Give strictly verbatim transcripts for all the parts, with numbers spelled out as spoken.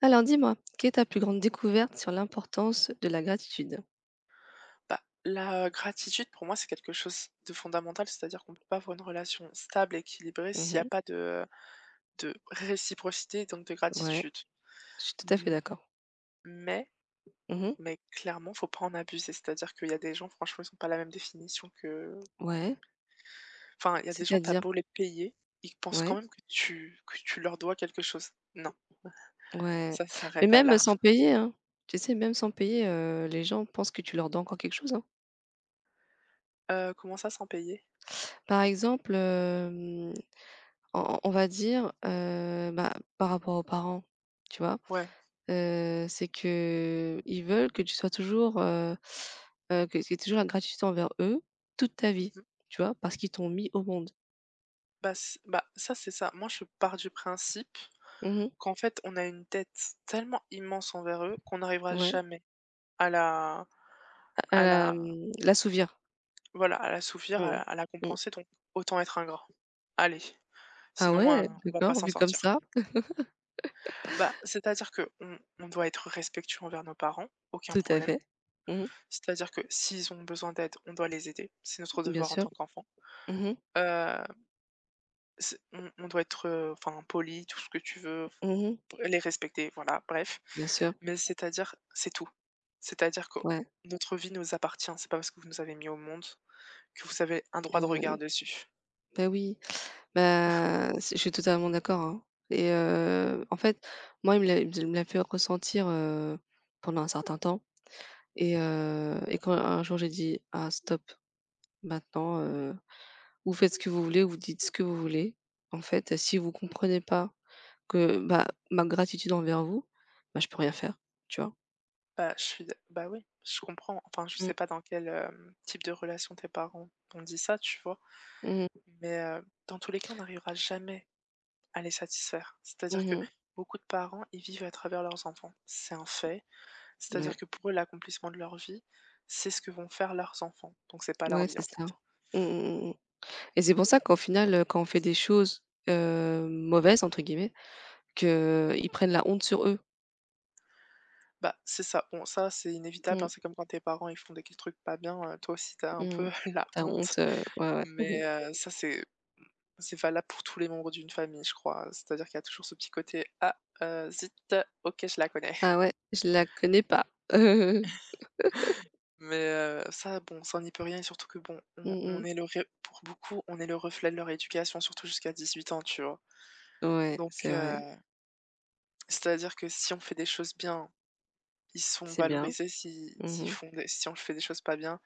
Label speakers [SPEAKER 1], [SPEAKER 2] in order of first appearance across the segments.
[SPEAKER 1] Alors dis-moi, quelle est ta plus grande découverte sur l'importance de la gratitude?
[SPEAKER 2] Bah, la gratitude, pour moi, c'est quelque chose de fondamental, c'est-à-dire qu'on ne peut pas avoir une relation stable, équilibrée, s'il y a
[SPEAKER 1] Mmh.
[SPEAKER 2] pas de de réciprocité, donc de
[SPEAKER 1] Ouais,
[SPEAKER 2] gratitude.
[SPEAKER 1] je suis tout à fait
[SPEAKER 2] M
[SPEAKER 1] d'accord.
[SPEAKER 2] mais
[SPEAKER 1] Mmh.
[SPEAKER 2] mais clairement, faut pas en abuser, c'est-à-dire qu'il y a des gens, franchement, ils ont pas la même définition que
[SPEAKER 1] Ouais,
[SPEAKER 2] enfin, il y a des gens, t'as
[SPEAKER 1] c'est-à-dire?
[SPEAKER 2] beau les payer, ils pensent quand
[SPEAKER 1] Ouais,
[SPEAKER 2] même que tu que tu leur dois quelque chose. Non,
[SPEAKER 1] ouais.
[SPEAKER 2] ça
[SPEAKER 1] Mais
[SPEAKER 2] s'arrête à
[SPEAKER 1] même,
[SPEAKER 2] là.
[SPEAKER 1] sans payer, hein. Tu sais, même sans payer, heu, les gens pensent que tu leur donnes encore quelque chose, hein.
[SPEAKER 2] Heu, comment ça, sans payer?
[SPEAKER 1] Par exemple, hem, on on va dire, heu, bah, par rapport aux parents, tu vois?
[SPEAKER 2] Ouais.
[SPEAKER 1] Heu, c'est que ils veulent que tu sois toujours, heu heu, que qu'il y ait toujours la gratitude envers eux toute ta vie,
[SPEAKER 2] Mmh.
[SPEAKER 1] tu vois? Parce qu'ils t'ont mis au monde.
[SPEAKER 2] Bah, c bah, ça, c'est ça. Moi, je pars du principe
[SPEAKER 1] Mmh mh.
[SPEAKER 2] qu'en fait, on a une dette tellement immense envers eux qu'on n'arrivera
[SPEAKER 1] Ouais,
[SPEAKER 2] jamais à la
[SPEAKER 1] à
[SPEAKER 2] à
[SPEAKER 1] la,
[SPEAKER 2] la
[SPEAKER 1] mmh, l'assouvir.
[SPEAKER 2] voilà, à l'assouvir, à
[SPEAKER 1] Mmh.
[SPEAKER 2] la à la
[SPEAKER 1] Mmh.
[SPEAKER 2] compenser, donc autant être ingrat. Allez,
[SPEAKER 1] Ah
[SPEAKER 2] sinon,
[SPEAKER 1] ouais?
[SPEAKER 2] heu, on va pas
[SPEAKER 1] D'accord,
[SPEAKER 2] s'en
[SPEAKER 1] vu comme
[SPEAKER 2] sortir.
[SPEAKER 1] ça.
[SPEAKER 2] Bah, c'est-à-dire que on on doit être respectueux envers nos parents, aucun
[SPEAKER 1] Tout à
[SPEAKER 2] problème.
[SPEAKER 1] fait. Mmh mh.
[SPEAKER 2] C'est-à-dire que s'ils ont besoin d'aide, on doit les aider, c'est notre
[SPEAKER 1] Bien
[SPEAKER 2] devoir en
[SPEAKER 1] sûr.
[SPEAKER 2] tant qu'enfant.
[SPEAKER 1] Mmh mh.
[SPEAKER 2] Heu, c'est on on doit être, heu, enfin, poli, tout ce que tu veux.
[SPEAKER 1] Mmh mh.
[SPEAKER 2] Les respecter, voilà, bref.
[SPEAKER 1] Bien sûr.
[SPEAKER 2] Mais c'est-à-dire c'est tout. C'est-à-dire que
[SPEAKER 1] Ouais,
[SPEAKER 2] notre vie nous appartient, c'est pas parce que vous nous avez mis au monde que vous avez un droit de regard
[SPEAKER 1] que
[SPEAKER 2] dessus.
[SPEAKER 1] bah oui, bah, c'est je suis totalement d'accord, hein. Et heu, en fait, moi, il me l'a il me l'a fait ressentir, heu, pendant un certain temps. Et heu et quand un jour, j'ai dit: «Ah stop, maintenant, heu, vous faites ce que vous voulez, vous dites ce que vous voulez. En fait, si vous comprenez pas». Que, bah, ma gratitude envers vous, bah, je peux rien faire, tu vois?
[SPEAKER 2] Bah, je suis d bah, oui, je comprends. Enfin, je
[SPEAKER 1] Mmh.
[SPEAKER 2] sais pas dans quel, hem, type de relation tes parents ont dit ça, tu vois?
[SPEAKER 1] Mmh mh.
[SPEAKER 2] Mais, heu, dans tous les cas, on n'arrivera jamais à les satisfaire. C'est-à-dire que
[SPEAKER 1] Mmh.
[SPEAKER 2] beaucoup de parents, ils vivent à travers leurs enfants. C'est un fait. C'est-à-dire
[SPEAKER 1] Ouais.
[SPEAKER 2] que pour eux, l'accomplissement de leur vie, c'est ce que vont faire leurs enfants. Donc c'est pas leur
[SPEAKER 1] Ouais,
[SPEAKER 2] vie,
[SPEAKER 1] c'est
[SPEAKER 2] en fait.
[SPEAKER 1] ça. Mmh mh, mmh. Et c'est pour ça qu'au final, heu, quand on fait des choses, heu, «mauvaises» entre guillemets, qu'ils prennent la honte sur eux.
[SPEAKER 2] Bah, c'est ça. Bon, ça, c'est inévitable,
[SPEAKER 1] Mmh.
[SPEAKER 2] hein, c'est comme quand tes parents, ils font des trucs pas bien, heu, toi aussi, t'as un
[SPEAKER 1] Mmh.
[SPEAKER 2] peu la
[SPEAKER 1] Ta
[SPEAKER 2] honte.
[SPEAKER 1] honte, heu, ouais, ouais. Mmh.
[SPEAKER 2] Mais, heu, ça, c'est c'est valable pour tous les membres d'une famille, je crois. C'est-à-dire qu'il y a toujours ce petit côté: «Ah, heu, zut, OK, je la connais».
[SPEAKER 1] Ah ouais, je la connais pas.
[SPEAKER 2] Mais, heu, ça, bon, ça, n'y peut rien et surtout que, bon, on
[SPEAKER 1] Mmh
[SPEAKER 2] on
[SPEAKER 1] mh.
[SPEAKER 2] est le re pour beaucoup, on est le reflet de leur éducation, surtout jusqu'à dix-huit ans, tu vois?
[SPEAKER 1] Ouais,
[SPEAKER 2] Donc,
[SPEAKER 1] c'est vrai,
[SPEAKER 2] heu, c'est-à-dire que si on fait des choses bien, ils sont
[SPEAKER 1] c'est bien.
[SPEAKER 2] valorisés, si s'ils
[SPEAKER 1] Mmh.
[SPEAKER 2] font des si on fait des choses pas bien,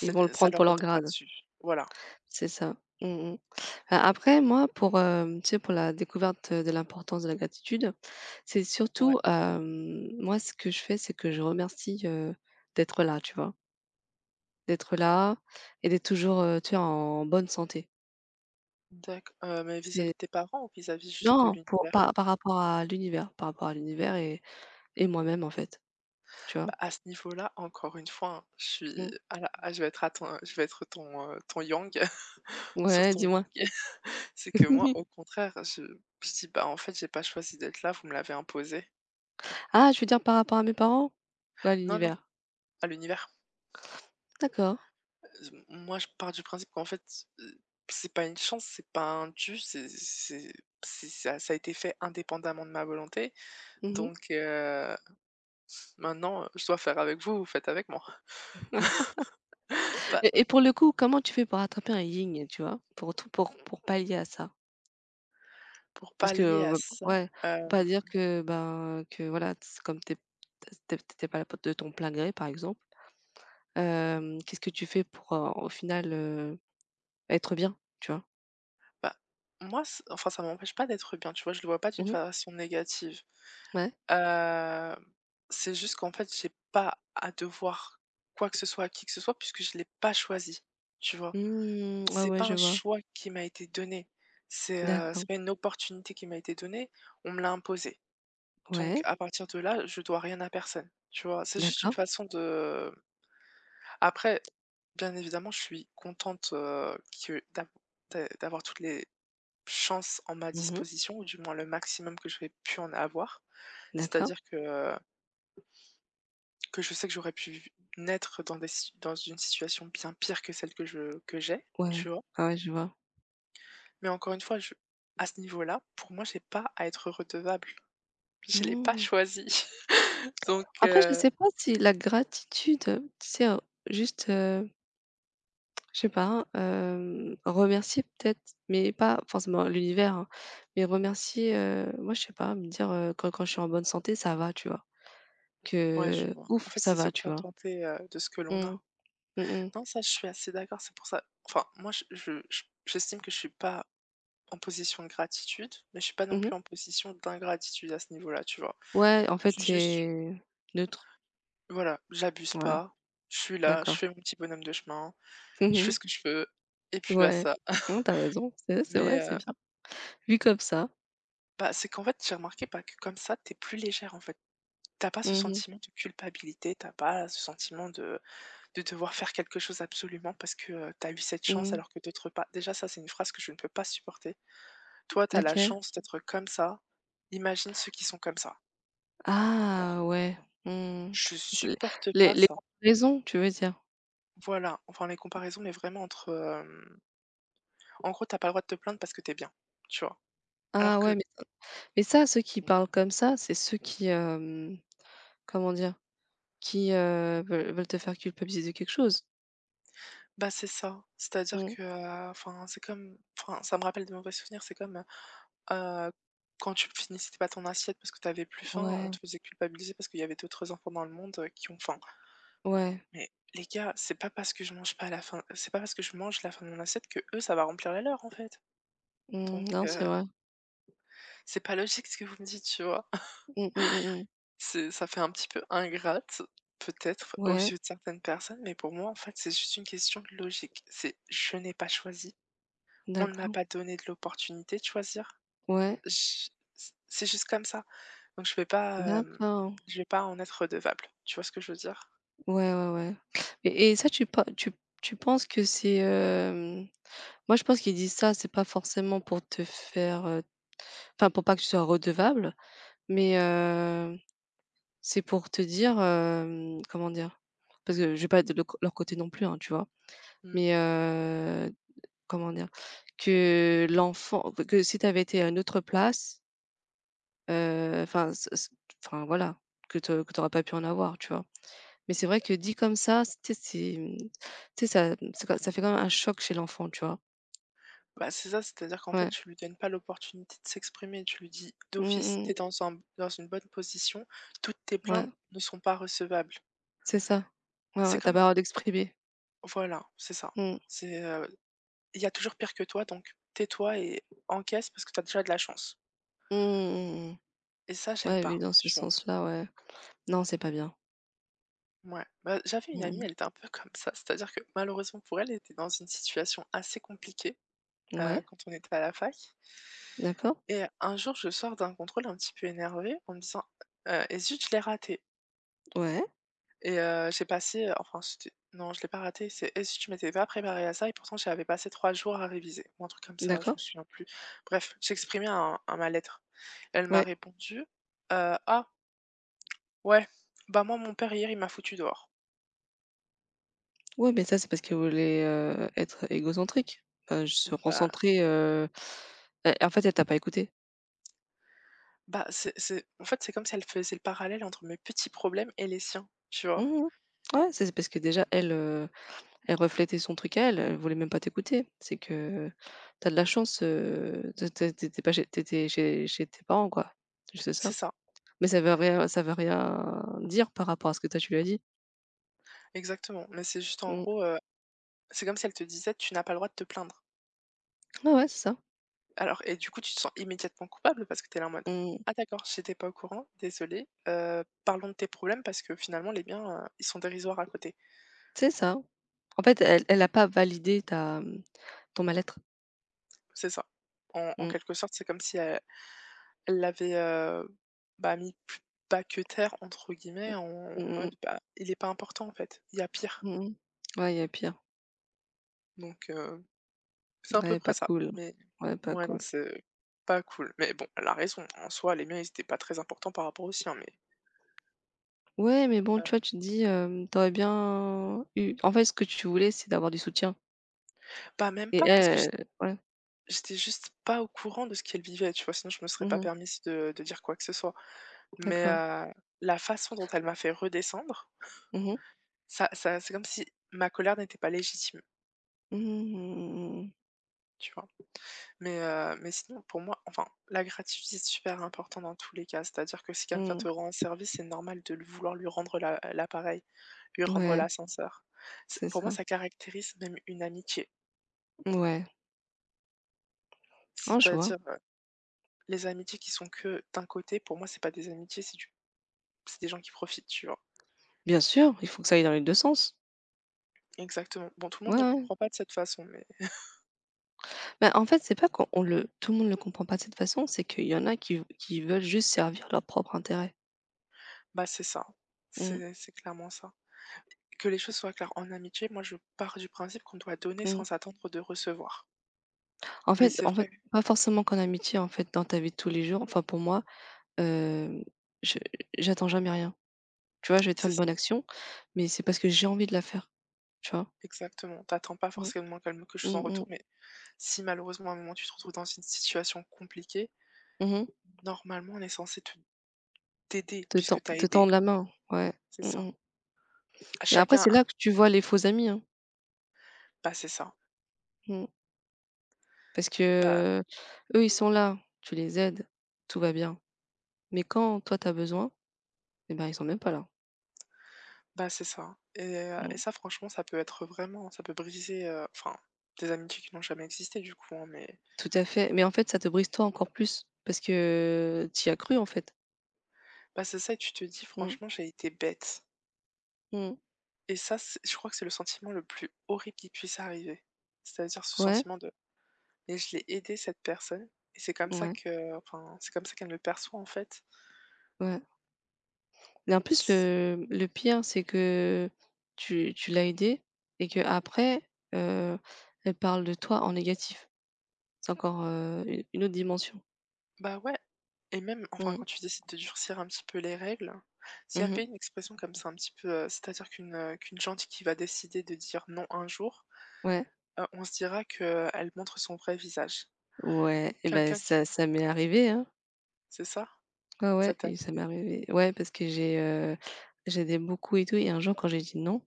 [SPEAKER 1] Ils vont le
[SPEAKER 2] ça
[SPEAKER 1] prendre
[SPEAKER 2] leur
[SPEAKER 1] pour leur
[SPEAKER 2] retombera
[SPEAKER 1] grade.
[SPEAKER 2] dessus. Voilà,
[SPEAKER 1] C'est ça. Mmh mh. A après moi pour, hem, tu sais pour la découverte, de l'importance de la gratitude, c'est
[SPEAKER 2] ouais.
[SPEAKER 1] surtout, hem, moi ce que je fais, c'est que je remercie, heu, d'être là, tu vois? D'être là et d'être toujours, heu, tu sais en bonne santé.
[SPEAKER 2] D'acc heu, Mais vis-à-vis
[SPEAKER 1] C'est
[SPEAKER 2] de tes parents ou vis-à-vis juste de
[SPEAKER 1] Non, pour
[SPEAKER 2] l'univers?
[SPEAKER 1] par par rapport à l'univers, par rapport à l'univers et et moi-même en fait, tu vois?
[SPEAKER 2] Bah, à ce niveau-là, encore une fois, hein, je suis
[SPEAKER 1] Mmh.
[SPEAKER 2] à la ah, je vais être à ton je vais être ton, heu, ton yang sur
[SPEAKER 1] Ouais,
[SPEAKER 2] ton
[SPEAKER 1] dis-moi.
[SPEAKER 2] yin. C'est que moi, au contraire, je je dis: «Bah, en fait, j'ai pas choisi d'être là, vous me l'avez imposé».
[SPEAKER 1] Ah, je veux dire par rapport à mes parents? Ou à
[SPEAKER 2] Non, non,
[SPEAKER 1] l'univers?
[SPEAKER 2] à l'univers.
[SPEAKER 1] D'accord.
[SPEAKER 2] Hem, moi, je pars du principe qu'en fait, heu, c'est pas une chance, c'est pas un dû, c'est c'est c'est ça ça a été fait indépendamment de ma volonté,
[SPEAKER 1] Mmh.
[SPEAKER 2] donc heu maintenant, heu, je dois faire avec vous, vous faites avec moi. Bah,
[SPEAKER 1] Et et pour le coup, comment tu fais pour attraper un yin, tu vois? Pour tout pour pour pallier à ça?
[SPEAKER 2] pour
[SPEAKER 1] Parce que,
[SPEAKER 2] pallier à
[SPEAKER 1] heu,
[SPEAKER 2] ça,
[SPEAKER 1] ouais, faut pas
[SPEAKER 2] hem,
[SPEAKER 1] dire que, ben, que voilà, c'est comme tu es tu es pas là de ton plein gré, par exemple, hem, qu'est-ce que tu fais pour, heu, au final, heu, être bien, tu vois?
[SPEAKER 2] bah, moi c enfin ça m'empêche pas d'être bien, tu vois? Je le vois pas d'une
[SPEAKER 1] Mmh.
[SPEAKER 2] façon négative.
[SPEAKER 1] Ouais.
[SPEAKER 2] Hem, c'est juste qu'en fait, j'ai pas à devoir quoi que ce soit à qui que ce soit puisque je l'ai pas choisi, tu vois?
[SPEAKER 1] Mmh, ouais,
[SPEAKER 2] C'est
[SPEAKER 1] ouais,
[SPEAKER 2] pas
[SPEAKER 1] je
[SPEAKER 2] un
[SPEAKER 1] vois.
[SPEAKER 2] choix qui m'a été donné, c'est, heu,
[SPEAKER 1] D'accord.
[SPEAKER 2] c'est pas une opportunité qui m'a été donnée, on me l'a imposée. Donc
[SPEAKER 1] Ouais,
[SPEAKER 2] à partir de là, je dois rien à personne, tu vois? C'est juste une
[SPEAKER 1] d'accord.
[SPEAKER 2] façon de. Après, bien évidemment, je suis contente, heu, que d'av d'a d'avoir toutes les chances en ma
[SPEAKER 1] Mmh.
[SPEAKER 2] disposition ou du moins le maximum que j'aurais pu en avoir.
[SPEAKER 1] D'accord.
[SPEAKER 2] C'est-à-dire que euh, que je sais que j'aurais pu naître dans des si dans une situation bien pire que celle que je que j'ai,
[SPEAKER 1] Ouais.
[SPEAKER 2] tu vois?
[SPEAKER 1] Ah ouais, je vois.
[SPEAKER 2] Mais encore une fois, je à ce niveau-là, pour moi, j'ai pas à être redevable. Je l'ai pas
[SPEAKER 1] Mmh.
[SPEAKER 2] choisi. Donc
[SPEAKER 1] Après, je
[SPEAKER 2] heu,
[SPEAKER 1] sais pas si la gratitude, tu sais, heu, juste, euh, je sais pas, hem, remercier peut-être, mais pas forcément l'univers, hein, mais remercier, heu, moi je sais pas, me dire, heu, quand quand je suis en bonne santé, ça va, tu vois?
[SPEAKER 2] ouais, je
[SPEAKER 1] Que:
[SPEAKER 2] en
[SPEAKER 1] «Ouf,
[SPEAKER 2] fait,
[SPEAKER 1] ça
[SPEAKER 2] c'est se
[SPEAKER 1] va», tu vois?
[SPEAKER 2] contenter, heu, de ce que l'on
[SPEAKER 1] Mmh.
[SPEAKER 2] a.
[SPEAKER 1] Mmh mh.
[SPEAKER 2] Non, ça, je suis assez d'accord, c'est pour ça enfin, moi, je je je j'estime que je suis pas en position de gratitude, mais je suis pas non
[SPEAKER 1] Mmh.
[SPEAKER 2] plus en position d'ingratitude à ce niveau-là, tu vois?
[SPEAKER 1] Ouais, en
[SPEAKER 2] Je
[SPEAKER 1] fait,
[SPEAKER 2] suis juste
[SPEAKER 1] c'est neutre.
[SPEAKER 2] voilà, j'abuse
[SPEAKER 1] Ouais,
[SPEAKER 2] pas, je suis là, je
[SPEAKER 1] d'accord.
[SPEAKER 2] fais mon petit bonhomme de chemin, je fais
[SPEAKER 1] Mmh.
[SPEAKER 2] ce que je veux et puis bah
[SPEAKER 1] Ouais.
[SPEAKER 2] ça.
[SPEAKER 1] Non, t'as raison, c'est vrai, c'est
[SPEAKER 2] Mais
[SPEAKER 1] vrai, c'est
[SPEAKER 2] heu,
[SPEAKER 1] bien. Vu comme ça.
[SPEAKER 2] bah, c'est qu'en fait, j'ai remarqué, bah, que comme ça, t'es plus légère, en fait. T'as pas ce
[SPEAKER 1] Mmh mh.
[SPEAKER 2] sentiment de culpabilité, t'as pas ce sentiment de de devoir faire quelque chose absolument parce que, heu, tu eu cette chance
[SPEAKER 1] Mmh.
[SPEAKER 2] alors que d'autres pas. Déjà ça, c'est une phrase que je ne peux pas supporter. Toi, tu as la
[SPEAKER 1] Laquelle?
[SPEAKER 2] chance d'être comme ça, imagine ceux qui sont comme ça. Mais merde.
[SPEAKER 1] Ah ouais,
[SPEAKER 2] Bon,
[SPEAKER 1] mmh.
[SPEAKER 2] je
[SPEAKER 1] C'est
[SPEAKER 2] supporte
[SPEAKER 1] les
[SPEAKER 2] pas
[SPEAKER 1] les
[SPEAKER 2] ça.
[SPEAKER 1] raisons, tu veux dire?
[SPEAKER 2] Voilà, enfin les comparaisons, mais vraiment entre, hem, en gros, t'as pas le droit de te plaindre parce que t'es bien, tu vois? Alors
[SPEAKER 1] Ah
[SPEAKER 2] que,
[SPEAKER 1] ouais, mais. Mais ça, ceux qui parlent comme ça, c'est ceux qui, hem, comment dire? Qui, heu, veulent veulent te faire culpabiliser de quelque chose.
[SPEAKER 2] bah, c'est ça, c'est-à-dire
[SPEAKER 1] Mmh.
[SPEAKER 2] que, heu, enfin, c'est comme enfin, ça me rappelle de mauvais souvenirs, c'est comme, heu quand tu finissais pas ton assiette parce que t'avais plus faim, on
[SPEAKER 1] Ouais,
[SPEAKER 2] te faisait culpabiliser parce qu'il y avait d'autres enfants dans le monde, heu, qui ont faim.
[SPEAKER 1] ouais.
[SPEAKER 2] Mais les gars, c'est pas parce que je mange pas à la fin c'est pas parce que je mange la fin de mon assiette que eux ça va remplir la leur, en fait.
[SPEAKER 1] Mmh,
[SPEAKER 2] Donc
[SPEAKER 1] non,
[SPEAKER 2] heu,
[SPEAKER 1] c'est vrai.
[SPEAKER 2] c'est pas logique ce que vous me dites, tu vois?
[SPEAKER 1] Mmh, mmh, mmh, mmh.
[SPEAKER 2] C'est Ça fait un petit peu ingrate, peut-être, aux
[SPEAKER 1] Ouais,
[SPEAKER 2] yeux de certaines personnes, mais pour moi, en fait, c'est juste une question de logique. C'est: «Je n'ai pas choisi, on ne m'a
[SPEAKER 1] d'accord.
[SPEAKER 2] pas donné de l'opportunité de choisir».
[SPEAKER 1] Ouais,
[SPEAKER 2] J c'est juste comme ça. Donc je vais pas, hem,
[SPEAKER 1] d'accord.
[SPEAKER 2] je vais pas en être redevable. Tu vois ce que je veux dire?
[SPEAKER 1] Ouais, ouais, ouais. Et et ça, tu pen tu tu penses que c'est, hem moi, je pense qu'ils disent ça, c'est pas forcément pour te faire, heu enfin, pour pas que tu sois redevable, mais heu, c'est pour te dire, hem, comment dire? Parce que je vais pas être de le leur côté non plus, hein, tu vois?
[SPEAKER 2] Mmh.
[SPEAKER 1] Mais, heu, comment dire? Que l'enfant que si tu avais été à une autre place, heu, enfin ce ce enfin voilà, que que tu aurais pas pu en avoir, tu vois? Mais c'est vrai que dit comme ça, c tu sais, c'est, mmh, tu sais, ça c'est quand ça fait quand même un choc chez l'enfant, tu vois?
[SPEAKER 2] Bah, c'est ça, c'est-à-dire qu'en fait,
[SPEAKER 1] Ouais.
[SPEAKER 2] tu lui donnes pas l'opportunité de s'exprimer. Tu lui dis
[SPEAKER 1] Mmh
[SPEAKER 2] d'office: «Tu
[SPEAKER 1] mh.
[SPEAKER 2] es dans un dans une bonne position, toutes tes
[SPEAKER 1] Ouais,
[SPEAKER 2] plaintes ne sont pas recevables».
[SPEAKER 1] c'est ça. Ouais, ouais,
[SPEAKER 2] C'est
[SPEAKER 1] tu pas le
[SPEAKER 2] comme
[SPEAKER 1] droit d'exprimer.
[SPEAKER 2] voilà, c'est ça.
[SPEAKER 1] Mmh.
[SPEAKER 2] C'est, heu Il y a toujours pire que toi, donc tais-toi et encaisse parce que tu as déjà de la chance.
[SPEAKER 1] Mmh mh, mmh.
[SPEAKER 2] Et ça, j'aime
[SPEAKER 1] Ouais, vu
[SPEAKER 2] pas,
[SPEAKER 1] dans ce
[SPEAKER 2] tu vois?
[SPEAKER 1] sens-là, ouais. Non, c'est pas bien.
[SPEAKER 2] Mouais. Bah, j'avais une amie,
[SPEAKER 1] Mmh
[SPEAKER 2] elle était un peu comme ça, c'est-à-dire que malheureusement pour elle, elle était dans une situation assez compliquée,
[SPEAKER 1] mh. Ouais,
[SPEAKER 2] heu, quand on était à la fac
[SPEAKER 1] d'accord.
[SPEAKER 2] et un jour, je sors d'un contrôle un petit peu énervée en me disant, heu: «Et zut, je l'ai raté»,
[SPEAKER 1] Ouais,
[SPEAKER 2] et heu, j'ai passé, heu, enfin c'était non, je l'ai pas raté, c'est: «Et zut, je m'étais pas préparée à ça et pourtant j'avais passé trois jours à réviser» ou un truc comme ça, je me
[SPEAKER 1] d'accord.
[SPEAKER 2] souviens plus. Bref, j'exprimais un un mal-être. Elle m'a
[SPEAKER 1] Ouais.
[SPEAKER 2] répondu, heu: «Ah ouais, bah moi mon père hier il m'a foutu dehors».
[SPEAKER 1] Ouais, mais ça, c'est parce qu'elle voulait, heu, être égocentrique, heu, se
[SPEAKER 2] Bah
[SPEAKER 1] concentrer, heu, et en fait, elle t'a pas écouté.
[SPEAKER 2] bah c'est c'est en fait, c'est comme si elle faisait le parallèle entre mes petits problèmes et les siens, tu vois?
[SPEAKER 1] Mmh. Ouais, ça, c'est parce que déjà elle, heu, elle reflétait son truc à elle, elle voulait même pas t'écouter. C'est que t'as de la chance, heu, de tu es pas chez tu chez chez tes parents, quoi. C'est juste
[SPEAKER 2] C'est
[SPEAKER 1] ça.
[SPEAKER 2] ça,
[SPEAKER 1] Mais ça veut rien ça veut rien dire par rapport à ce que toi, tu lui as dit.
[SPEAKER 2] exactement, mais c'est juste en
[SPEAKER 1] Mmh.
[SPEAKER 2] gros, heu, c'est comme si elle te disait: «Tu n'as pas le droit de te plaindre».
[SPEAKER 1] Ouais, ouais, c'est ça.
[SPEAKER 2] Alors et du coup, tu te sens immédiatement coupable parce que t'es là en mode:
[SPEAKER 1] Mmh.
[SPEAKER 2] «Ah d'accord, j'étais pas au courant, désolée, heu, parlons de tes problèmes parce que finalement les miens, heu, ils sont dérisoires à côté».
[SPEAKER 1] C'est ça. En fait, elle elle a pas validé ta, mmh, ton mal-être.
[SPEAKER 2] C'est ça. En en
[SPEAKER 1] Mmh.
[SPEAKER 2] quelque sorte, c'est comme si elle. Elle l'avait, heu, bah, mis plus bas que terre entre
[SPEAKER 1] Mmh.
[SPEAKER 2] guillemets en en
[SPEAKER 1] Mmh.
[SPEAKER 2] mode, bah, il est pas important en fait, il y a pire.
[SPEAKER 1] Mmh. Ouais, il y a pire.
[SPEAKER 2] Donc heu, c'est à peu
[SPEAKER 1] Ouais,
[SPEAKER 2] près
[SPEAKER 1] pas
[SPEAKER 2] ça.
[SPEAKER 1] cool.
[SPEAKER 2] Mais
[SPEAKER 1] Ouais, pas
[SPEAKER 2] ouais, non,
[SPEAKER 1] cool.
[SPEAKER 2] c'est pas cool. Mais bon, elle a raison, en soi les miens ils étaient pas très importants par rapport aux siens, mais
[SPEAKER 1] Ouais, mais bon,
[SPEAKER 2] euh,
[SPEAKER 1] tu vois, tu te dis, hem, tu bien eu en fait, ce que tu voulais, c'est d'avoir du soutien
[SPEAKER 2] bah, même
[SPEAKER 1] et
[SPEAKER 2] pas parce que j'ét
[SPEAKER 1] elle ouais.
[SPEAKER 2] j'étais juste pas au courant de ce qu'elle vivait, tu vois? Sinon je me serais pas
[SPEAKER 1] Mmh.
[SPEAKER 2] permis de de dire quoi que ce soit. Mais
[SPEAKER 1] D'accord.
[SPEAKER 2] heu, la façon dont elle m'a fait redescendre,
[SPEAKER 1] Mmh mh.
[SPEAKER 2] ça ça c'est comme si ma colère n'était pas légitime,
[SPEAKER 1] Mmh mmh
[SPEAKER 2] tu vois? Mais heu, mais sinon pour moi enfin, la gratitude est super important dans tous les cas. C'est-à-dire que si quelqu'un
[SPEAKER 1] mmh.
[SPEAKER 2] te rend service, c'est normal de le vouloir lui rendre la l'appareil, lui
[SPEAKER 1] Mmh.
[SPEAKER 2] rendre
[SPEAKER 1] Ouais,
[SPEAKER 2] l'ascenseur. C
[SPEAKER 1] c'est
[SPEAKER 2] Pour moi,
[SPEAKER 1] ça.
[SPEAKER 2] ça caractérise même une amitié.
[SPEAKER 1] Ouais. Oh, je vois.
[SPEAKER 2] C'est-à-dire, heu, les amitiés qui sont que d'un côté, pour moi, c'est pas des amitiés, c'est du c'est des gens qui profitent, tu vois?
[SPEAKER 1] Bien sûr, il faut que ça aille dans les deux sens.
[SPEAKER 2] Exactement. Bon, tout le
[SPEAKER 1] Ouais,
[SPEAKER 2] monde ne le
[SPEAKER 1] ouais.
[SPEAKER 2] comprend pas de cette façon, mais
[SPEAKER 1] Bah, en fait, c'est pas qu'on on le tout le monde le comprend pas de cette façon, c'est qu'il y en a qui qui veulent juste servir leur propre intérêt.
[SPEAKER 2] bah, c'est ça.
[SPEAKER 1] Mmh.
[SPEAKER 2] C'est c'est clairement ça. Que les choses soient claires, en amitié, moi, je pars du principe qu'on doit donner
[SPEAKER 1] Mmh.
[SPEAKER 2] sans attendre de recevoir.
[SPEAKER 1] En
[SPEAKER 2] Mais
[SPEAKER 1] fait
[SPEAKER 2] c'est
[SPEAKER 1] en fait,
[SPEAKER 2] vrai,
[SPEAKER 1] pas forcément qu'en amitié, en fait, dans ta vie de tous les jours, enfin, pour moi, Hem, je j'attends jamais rien. Tu vois, je vais te faire
[SPEAKER 2] c'est
[SPEAKER 1] une bonne action, mais c'est parce que j'ai envie de la faire, tu vois?
[SPEAKER 2] exactement. T'attends pas
[SPEAKER 1] Mmh.
[SPEAKER 2] forcément calme quelque chose en
[SPEAKER 1] Mmh
[SPEAKER 2] retour,
[SPEAKER 1] mh.
[SPEAKER 2] mais si malheureusement à un moment tu te retrouves dans une situation compliquée,
[SPEAKER 1] Mmh mh.
[SPEAKER 2] normalement on est censé te t'aider
[SPEAKER 1] Te tend
[SPEAKER 2] puisque t'as
[SPEAKER 1] te
[SPEAKER 2] aidé.
[SPEAKER 1] tendre la main, ouais.
[SPEAKER 2] C'est
[SPEAKER 1] Mmh
[SPEAKER 2] ça.
[SPEAKER 1] mh.
[SPEAKER 2] À
[SPEAKER 1] Mais après,
[SPEAKER 2] chacun,
[SPEAKER 1] c'est
[SPEAKER 2] hein.
[SPEAKER 1] là que tu vois les faux amis, hein.
[SPEAKER 2] Bah, c'est ça.
[SPEAKER 1] Mmh. Parce que,
[SPEAKER 2] Bah,
[SPEAKER 1] euh, eux, ils sont là, tu les aides, tout va bien. Mais quand toi, tu as besoin, eh ben, ils sont même pas là.
[SPEAKER 2] bah c'est ça. Et, heu, et
[SPEAKER 1] Mmh.
[SPEAKER 2] ça franchement ça peut être vraiment ça peut briser, heu, enfin des amitiés qui n'ont jamais existé du coup, hein, mais
[SPEAKER 1] Tout à fait. Mais en fait, ça te brise toi encore plus parce que tu y as cru, en fait.
[SPEAKER 2] bah c'est ça et tu te dis:
[SPEAKER 1] Mmh.
[SPEAKER 2] «Franchement j'ai été bête»,
[SPEAKER 1] Mmh.
[SPEAKER 2] et ça c'est je crois que c'est le sentiment le plus horrible qui puisse arriver. C'est-à-dire ce
[SPEAKER 1] Ouais,
[SPEAKER 2] sentiment de. Et je l'ai aidée cette personne et c'est comme ça
[SPEAKER 1] ouais,
[SPEAKER 2] que enfin, c'est comme ça qu'elle me perçoit, en fait.
[SPEAKER 1] ouais. Mais en plus,
[SPEAKER 2] C
[SPEAKER 1] le le pire, c'est que tu tu l'as aidée et qu'après, heu, elle parle de toi en négatif. C'est encore, heu, u une autre dimension.
[SPEAKER 2] Bah, ouais et même enfin,
[SPEAKER 1] Mmh.
[SPEAKER 2] quand tu décides de durcir un petit peu les règles, s'il y
[SPEAKER 1] Mmh.
[SPEAKER 2] avait une expression comme ça un petit peu, heu, c'est-à-dire qu'une, heu, qu'une gentille qui va décider de dire non un jour,
[SPEAKER 1] Ouais,
[SPEAKER 2] heu, on se dira qu'elle montre son vrai visage.
[SPEAKER 1] ouais et ben,
[SPEAKER 2] Quelqu'un qui
[SPEAKER 1] ça ça m'est arrivé, hein.
[SPEAKER 2] c'est ça?
[SPEAKER 1] Ouais,
[SPEAKER 2] Ça
[SPEAKER 1] ouais
[SPEAKER 2] t'est
[SPEAKER 1] et ça m'est
[SPEAKER 2] arrivé?
[SPEAKER 1] arrivé. Ouais, parce que j'ai, heu, j'aidais beaucoup et tout et un jour, quand j'ai dit non,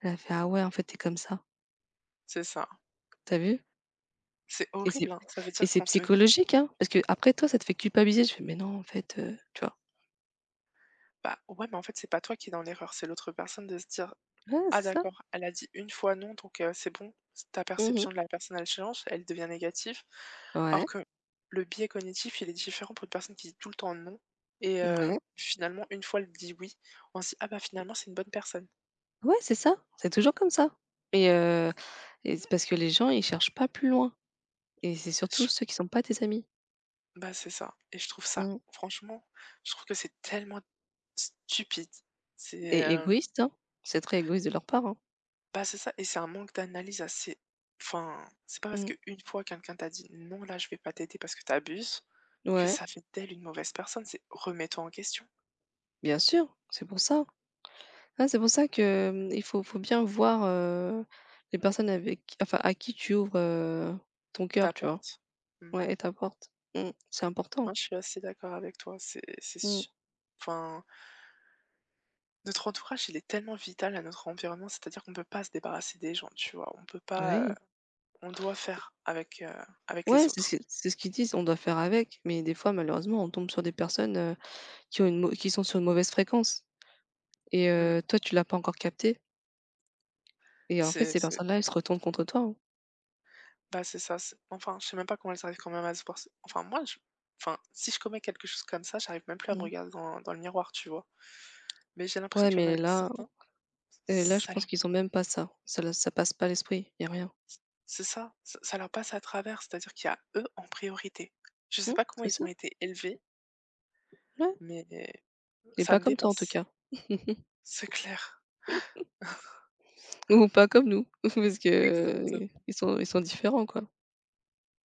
[SPEAKER 1] elle a fait: «Ah ouais, en fait, tu comme ça,
[SPEAKER 2] C'est ça.
[SPEAKER 1] t'as vu?».
[SPEAKER 2] C'est
[SPEAKER 1] Et
[SPEAKER 2] horrible,
[SPEAKER 1] c'est
[SPEAKER 2] hein, ça veut
[SPEAKER 1] et
[SPEAKER 2] dire
[SPEAKER 1] c'est
[SPEAKER 2] qu'Anthony.
[SPEAKER 1] psychologique, hein, parce que après toi, ça te fait culpabiliser. Je fais: «Mais non, en fait, heu», tu vois?
[SPEAKER 2] Bah, ouais, mais en fait, c'est pas toi qui est dans l'erreur, c'est l'autre personne de se dire:
[SPEAKER 1] Ah,
[SPEAKER 2] «Ah
[SPEAKER 1] c'est ça.
[SPEAKER 2] d'accord, elle a dit une fois non, donc heu, c'est bon», ta
[SPEAKER 1] Mmh.
[SPEAKER 2] perception de la personne, elle change, elle devient négative. Alors
[SPEAKER 1] Ouais,
[SPEAKER 2] que le biais cognitif, il est différent pour une personne qui dit tout le temps non et heu,
[SPEAKER 1] ouais.
[SPEAKER 2] finalement, une fois elle dit oui, on se dit: «Ah bah finalement, c'est une bonne personne».
[SPEAKER 1] Ouais, c'est ça, c'est toujours comme ça et heu et c'est parce que les gens, ils cherchent pas plus loin et c'est surtout
[SPEAKER 2] Je
[SPEAKER 1] ceux qui sont pas tes amis.
[SPEAKER 2] Bah c'est ça et je trouve ça
[SPEAKER 1] Mmh
[SPEAKER 2] franchement, je trouve que c'est tellement stupide. C'est,
[SPEAKER 1] et
[SPEAKER 2] hem
[SPEAKER 1] égoïste, hein. C'est très égoïste de leur part, hein.
[SPEAKER 2] bah, c'est ça et c'est un manque d'analyse assez enfin, c'est pas parce
[SPEAKER 1] Mmh.
[SPEAKER 2] qu'une fois quelqu'un t'a dit: «Non, là, je vais pas t'aider parce que t'abuses» que
[SPEAKER 1] Ouais,
[SPEAKER 2] ça fait d'elle une mauvaise personne, c'est remets-toi en question,
[SPEAKER 1] bien sûr, c'est pour ça. Ah, c'est pour ça que, mmh, il faut faut bien voir, heu, les personnes avec enfin, à qui tu ouvres, heu, ton cœur, tu vois?
[SPEAKER 2] t'apportes. Mmh.
[SPEAKER 1] Ouais et ta porte. Mmh. C'est important.
[SPEAKER 2] Non, je suis assez d'accord avec toi, c'est c'est
[SPEAKER 1] Mmh.
[SPEAKER 2] su enfin, notre entourage, il est tellement vital à notre environnement, c'est-à-dire qu'on peut pas se débarrasser des gens, tu vois? On peut pas, heu,
[SPEAKER 1] Oui.
[SPEAKER 2] on doit faire avec, heu, avec les
[SPEAKER 1] Ouais, c'est
[SPEAKER 2] autres.
[SPEAKER 1] ce que- c'est ce qu'ils disent, on doit faire avec mais des fois, malheureusement, on tombe sur des personnes, heu, qui ont une mau qui sont sur une mauvaise fréquence. Et
[SPEAKER 2] Mmh.
[SPEAKER 1] heu, toi, tu l'as pas encore capté et en fait,
[SPEAKER 2] C'est
[SPEAKER 1] ces
[SPEAKER 2] c'est
[SPEAKER 1] personnes-là, elles se retournent contre toi, hein.
[SPEAKER 2] Bah, c'est ça, c'est enfin, je sais même pas comment elles arrivent quand même à se voir se enfin, moi, je enfin, si je commets quelque chose comme ça, j'arrive même plus à me
[SPEAKER 1] Mmh.
[SPEAKER 2] regarder dans dans le miroir, tu vois? Mais j'ai l'impression
[SPEAKER 1] Ouais,
[SPEAKER 2] qu'il y en a
[SPEAKER 1] mais là
[SPEAKER 2] certains,
[SPEAKER 1] et là, je
[SPEAKER 2] ça
[SPEAKER 1] pense
[SPEAKER 2] leur
[SPEAKER 1] qu'ils ont même pas ça. Ça le Ça passe pas à l'esprit, il y a rien.
[SPEAKER 2] c'est ça, ça ça leur passe à travers, c'est-à-dire qu'il y a eux en priorité. Je sais
[SPEAKER 1] Mmh,
[SPEAKER 2] pas comment
[SPEAKER 1] c'est
[SPEAKER 2] ils
[SPEAKER 1] ça,
[SPEAKER 2] ont été élevés,
[SPEAKER 1] ouais
[SPEAKER 2] mais
[SPEAKER 1] et
[SPEAKER 2] ça
[SPEAKER 1] pas
[SPEAKER 2] me
[SPEAKER 1] comme toi, en tout
[SPEAKER 2] dépasse.
[SPEAKER 1] cas.
[SPEAKER 2] C'est clair,
[SPEAKER 1] Ou pas comme nous parce que, heu,
[SPEAKER 2] exactement.
[SPEAKER 1] ils sont ils sont différents, quoi.